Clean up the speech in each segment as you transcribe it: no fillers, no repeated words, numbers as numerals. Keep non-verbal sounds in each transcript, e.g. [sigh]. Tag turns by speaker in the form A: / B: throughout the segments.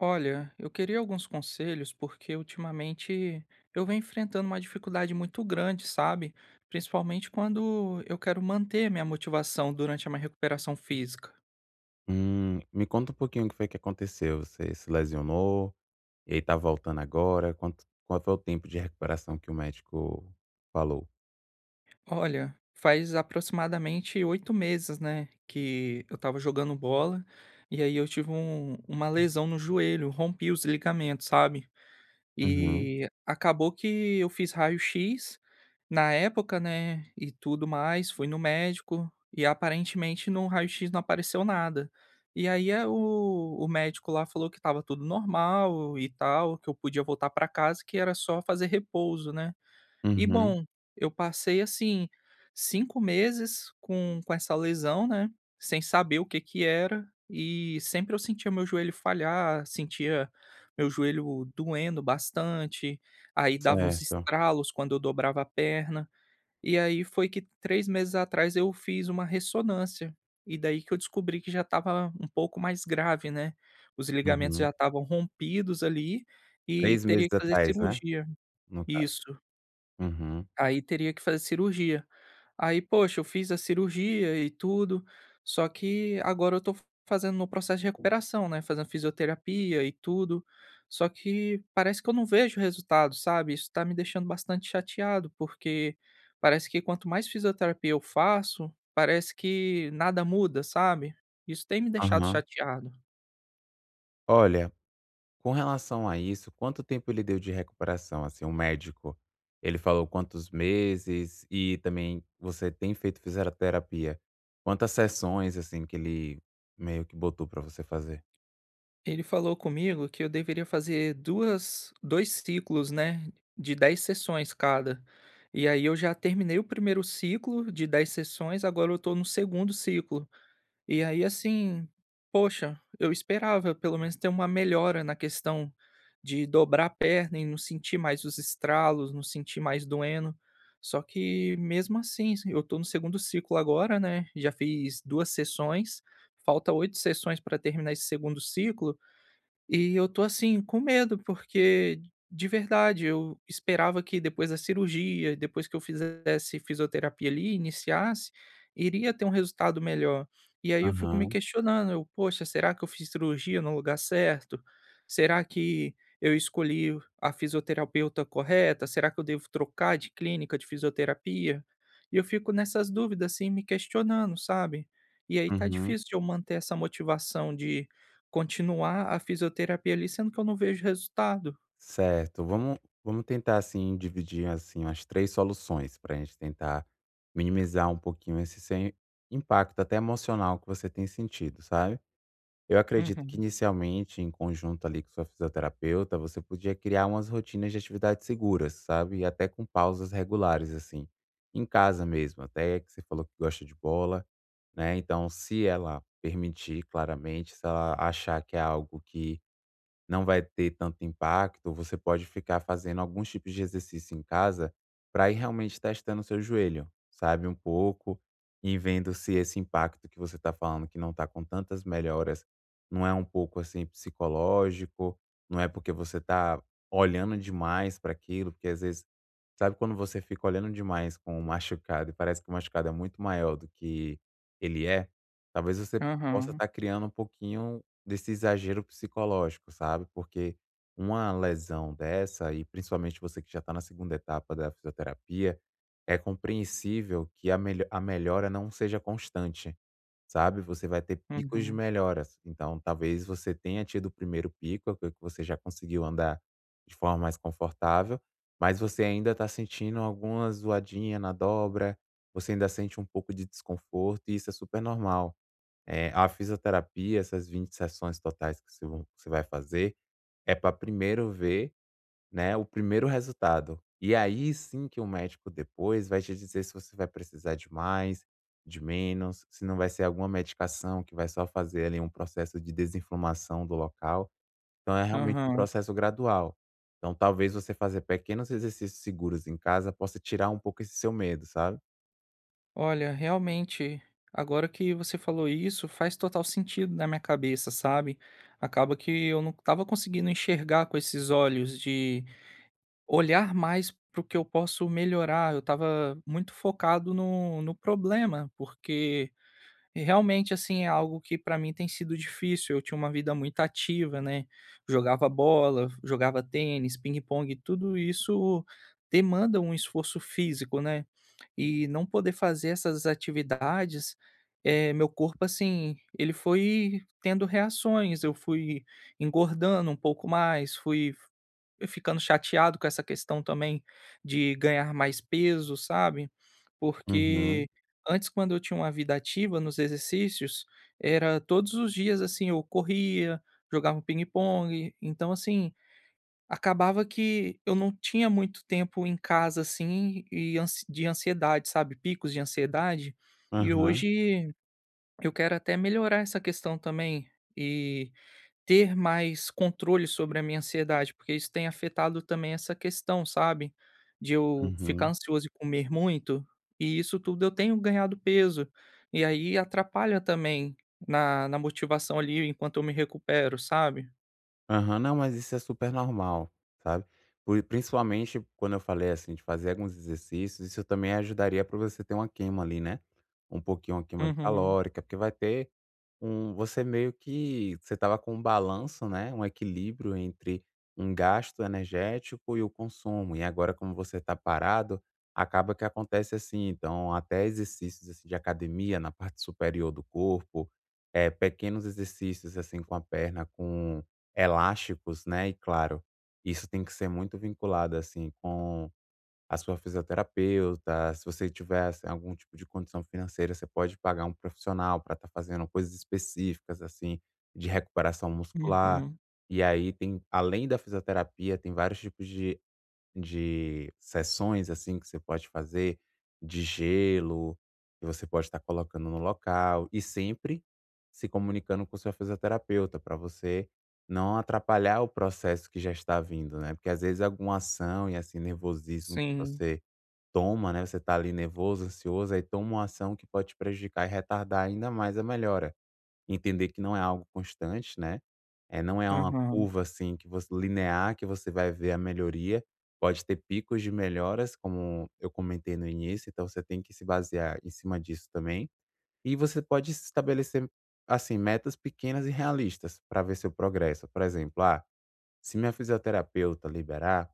A: Olha, eu queria alguns conselhos porque ultimamente eu venho enfrentando uma dificuldade muito grande, sabe? Principalmente quando eu quero manter minha motivação durante a minha recuperação física.
B: Me conta um pouquinho o que foi que aconteceu. Você se lesionou e aí tá voltando agora? Qual foi o tempo de recuperação que o médico falou?
A: Olha, faz aproximadamente 8 meses, né, que eu tava jogando bola e aí eu tive uma lesão no joelho, rompi os ligamentos, sabe?
B: Uhum.
A: E acabou que eu fiz raio-x na época, né, e tudo mais, fui no médico e aparentemente no raio-x não apareceu nada. E aí o médico lá falou que estava tudo normal e tal, que eu podia voltar para casa, que era só fazer repouso, né. E
B: Uhum.
A: bom, eu passei, assim, 5 meses com essa lesão, né, sem saber o que que era, e sempre eu sentia meu joelho falhar, sentia meu joelho doendo bastante, aí dava uns
B: Certo.
A: estralos quando eu dobrava a perna. E aí foi que 3 meses atrás eu fiz uma ressonância, e daí que eu descobri que já estava um pouco mais grave, né, os ligamentos
B: Uhum.
A: já estavam rompidos ali, e
B: 3 meses
A: teria que fazer
B: atrás, né,
A: cirurgia.
B: no caso.
A: Isso.
B: Uhum.
A: Aí teria que fazer cirurgia. Aí, poxa, eu fiz a cirurgia e tudo, só que agora eu tô fazendo no processo de recuperação, né, fazendo fisioterapia e tudo, só que parece que eu não vejo resultado, sabe. Isso tá me deixando bastante chateado, porque parece que quanto mais fisioterapia eu faço, parece que nada muda, sabe. Isso tem me deixado
B: Aham.
A: chateado.
B: Olha, com relação a isso, quanto tempo ele deu de recuperação, assim, o médico? Ele falou quantos meses? E também você tem feito fisioterapia? Quantas sessões, assim, que ele meio que botou pra você fazer?
A: Ele falou comigo que eu deveria fazer duas 2 ciclos, né, de 10 sessões cada. E aí eu já terminei o primeiro ciclo de 10 sessões, agora eu tô no segundo ciclo. E aí, assim, poxa, eu esperava pelo menos ter uma melhora na questão de dobrar a perna e não sentir mais os estralos, não sentir mais doendo. Só que mesmo assim, eu tô no segundo ciclo agora, né, já fiz 2 sessões, falta 8 sessões para terminar esse segundo ciclo, e eu tô assim, com medo, porque de verdade, eu esperava que depois da cirurgia, depois que eu fizesse fisioterapia ali, iniciasse, iria ter um resultado melhor. E aí eu fico me questionando, eu, poxa, será que eu fiz cirurgia no lugar certo? Será que eu escolhi a fisioterapeuta correta? Será que eu devo trocar de clínica de fisioterapia? E eu fico nessas dúvidas, assim, me questionando, sabe? E aí tá
B: Uhum.
A: difícil de eu manter essa motivação de continuar a fisioterapia ali, sendo que eu não vejo resultado.
B: Certo. Vamos tentar, assim, dividir, assim, as 3 soluções para a gente tentar minimizar um pouquinho esse sem impacto até emocional que você tem sentido, sabe. Eu acredito que
A: Uhum.
B: inicialmente, em conjunto ali com sua fisioterapeuta, você podia criar umas rotinas de atividades seguras, sabe, e até com pausas regulares, assim, em casa mesmo, até que você falou que gosta de bola, né, então se ela permitir, claramente, se ela achar que é algo que não vai ter tanto impacto, você pode ficar fazendo alguns tipos de exercício em casa para ir realmente testando o seu joelho, sabe? Um pouco, e vendo se esse impacto que você está falando que não está com tantas melhoras não é um pouco assim psicológico, não é porque você está olhando demais para aquilo, porque às vezes, sabe quando você fica olhando demais com o machucado e parece que o machucado é muito maior do que ele é? Talvez você possa
A: Aham.
B: estar criando um pouquinho desse exagero psicológico, sabe? Porque uma lesão dessa, e principalmente você que já está na segunda etapa da fisioterapia, é compreensível que a, a melhora não seja constante, sabe? Você vai ter picos de
A: Uhum.
B: melhoras. Então, talvez você tenha tido o primeiro pico, que você já conseguiu andar de forma mais confortável, mas você ainda está sentindo alguma zoadinha na dobra, você ainda sente um pouco de desconforto, e isso é super normal. É, a fisioterapia, essas 20 sessões totais que você vai fazer, é para primeiro ver, né, o primeiro resultado. E aí sim que o médico depois vai te dizer se você vai precisar de mais, de menos, se não vai ser alguma medicação que vai só fazer ali um processo de desinflamação do local. Então é realmente um
A: Aham.
B: processo gradual. Então talvez você fazer pequenos exercícios seguros em casa possa tirar um pouco esse seu medo, sabe?
A: Olha, realmente, agora que você falou isso, faz total sentido na minha cabeça, sabe. Acaba que eu não estava conseguindo enxergar com esses olhos de olhar mais para o que eu posso melhorar, eu estava muito focado no problema, porque e realmente, assim, é algo que para mim tem sido difícil, eu tinha uma vida muito ativa, né, jogava bola, jogava tênis, ping pong, tudo isso demanda um esforço físico, né, e não poder fazer essas atividades, meu corpo, assim, ele foi tendo reações, eu fui engordando um pouco mais, fui ficando chateado com essa questão também de ganhar mais peso, sabe,
B: Uhum.
A: porque antes, quando eu tinha uma vida ativa nos exercícios, era todos os dias, assim, eu corria, jogava um pingue-pongue, então, assim, acabava que eu não tinha muito tempo em casa, assim, e ansiedade, sabe, picos de ansiedade. E
B: Aham.
A: hoje eu quero até melhorar essa questão também, e ter mais controle sobre a minha ansiedade, porque isso tem afetado também essa questão, sabe, de eu ficar
B: Uhum.
A: ansioso e comer muito, e isso tudo eu tenho ganhado peso, e aí atrapalha também na motivação ali enquanto eu me recupero, sabe.
B: Aham. Não, mas isso é super normal, sabe. Por principalmente quando eu falei, assim, de fazer alguns exercícios, isso também ajudaria para você ter uma queima ali, né, um pouquinho uma queima
A: Uhum,
B: calórica, porque vai ter você meio que você estava com um balanço, né, um equilíbrio entre um gasto energético e o consumo. E agora como você está parado, acaba que acontece assim, então até exercícios, assim, de academia na parte superior do corpo, é pequenos exercícios, assim, com a perna, com elásticos, né, e claro, isso tem que ser muito vinculado, assim, com a sua fisioterapeuta. Se você tiver assim, algum tipo de condição financeira, você pode pagar um profissional para estar fazendo coisas específicas assim de recuperação muscular.
A: uhum,
B: E aí tem, além da fisioterapia, tem vários tipos de sessões, assim, que você pode fazer, de gelo, que você pode estar colocando no local, e sempre se comunicando com o seu fisioterapeuta para você não atrapalhar o processo que já está vindo, né? Porque às vezes alguma ação e assim nervosismo que
A: sim,
B: você toma, né? Você tá ali nervoso, ansioso, aí toma uma ação que pode te prejudicar e retardar ainda mais a melhora. Entender que não é algo constante, né, é, não é uma
A: aham,
B: curva, assim, que você linear, que você vai ver a melhoria. Pode ter picos de melhoras, como eu comentei no início, então você tem que se basear em cima disso também. E você pode se estabelecer, assim, metas pequenas e realistas para ver seu progresso. Por exemplo: "Ah, se minha fisioterapeuta liberar,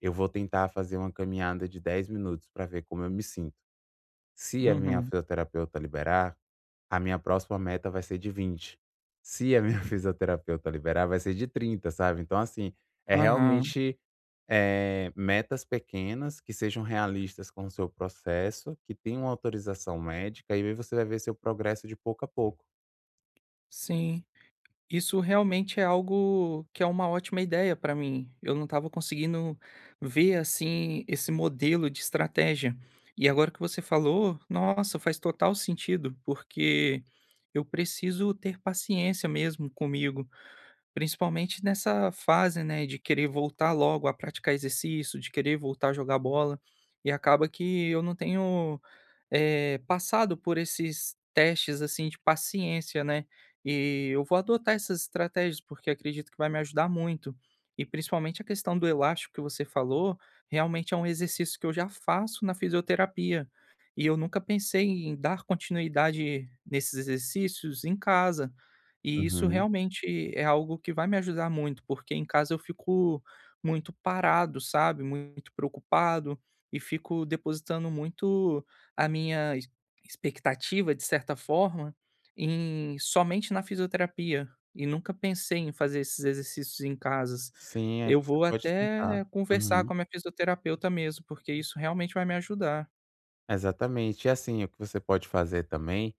B: eu vou tentar fazer uma caminhada de 10 minutos para ver como eu me sinto. Se a minha
A: uhum,
B: fisioterapeuta liberar, a minha próxima meta vai ser de 20. Se a minha [laughs] fisioterapeuta liberar, vai ser de 30, sabe. Então, assim, é
A: aham,
B: realmente, metas pequenas que sejam realistas com o seu processo, que tenham autorização médica, e aí você vai ver seu progresso de pouco a pouco".
A: sim. Isso realmente é algo que é uma ótima ideia para mim. Eu não estava conseguindo ver assim esse modelo de estratégia. E agora que você falou, nossa, faz total sentido, porque eu preciso ter paciência mesmo comigo. Principalmente nessa fase, né, de querer voltar logo a praticar exercício, de querer voltar a jogar bola, e acaba que eu não tenho, passado por esses testes, assim, de paciência, né. E eu vou adotar essas estratégias, porque acredito que vai me ajudar muito. E principalmente a questão do elástico que você falou, realmente é um exercício que eu já faço na fisioterapia, e eu nunca pensei em dar continuidade nesses exercícios em casa. E isso
B: Uhum.
A: realmente é algo que vai me ajudar muito, porque em casa eu fico muito parado, sabe, muito preocupado e fico depositando muito a minha ex expectativa, de certa forma, em somente na fisioterapia e nunca pensei em fazer esses exercícios em casas.
B: Sim, é,
A: Eu
B: você
A: vou
B: pode tentar.
A: até conversar
B: Uhum.
A: com a minha fisioterapeuta mesmo, porque isso realmente vai me ajudar.
B: Exatamente. E, assim, o que você pode fazer também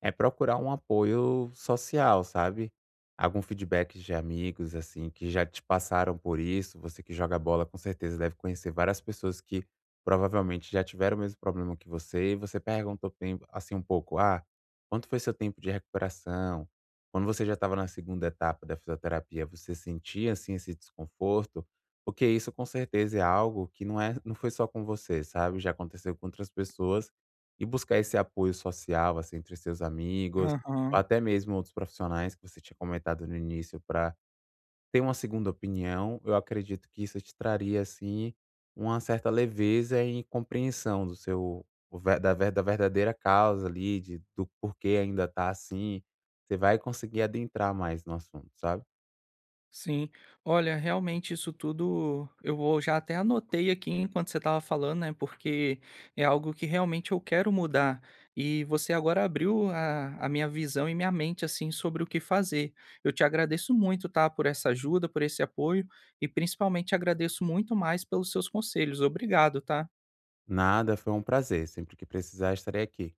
B: é procurar um apoio social, sabe. Algum feedback de amigos, assim, que já te passaram por isso. Você que joga bola, com certeza deve conhecer várias pessoas que provavelmente já tiveram o mesmo problema que você, e você perguntou tem assim um pouco: "Ah, quanto foi seu tempo de recuperação? Quando você já estava na segunda etapa da fisioterapia, você sentia, assim, esse desconforto?". Porque isso com certeza é algo que não foi só com você, sabe, já aconteceu com outras pessoas, e buscar esse apoio social, assim, entre seus amigos, ou
A: Aham.
B: até mesmo outros profissionais que você tinha comentado no início, para ter uma segunda opinião, eu acredito que isso te traria, assim, uma certa leveza e compreensão do seu o ver da verdadeira causa ali, de do porquê ainda tá assim. Você vai conseguir adentrar mais no assunto, sabe.
A: Sim. Olha, realmente isso tudo eu vou, já até anotei aqui enquanto você estava falando, né, porque é algo que realmente eu quero mudar. E você agora abriu a minha visão e minha mente, assim, sobre o que fazer. Eu te agradeço muito, tá, por essa ajuda, por esse apoio e principalmente agradeço muito mais pelos seus conselhos. Obrigado, tá?
B: Nada, foi um prazer, sempre que precisar estarei aqui.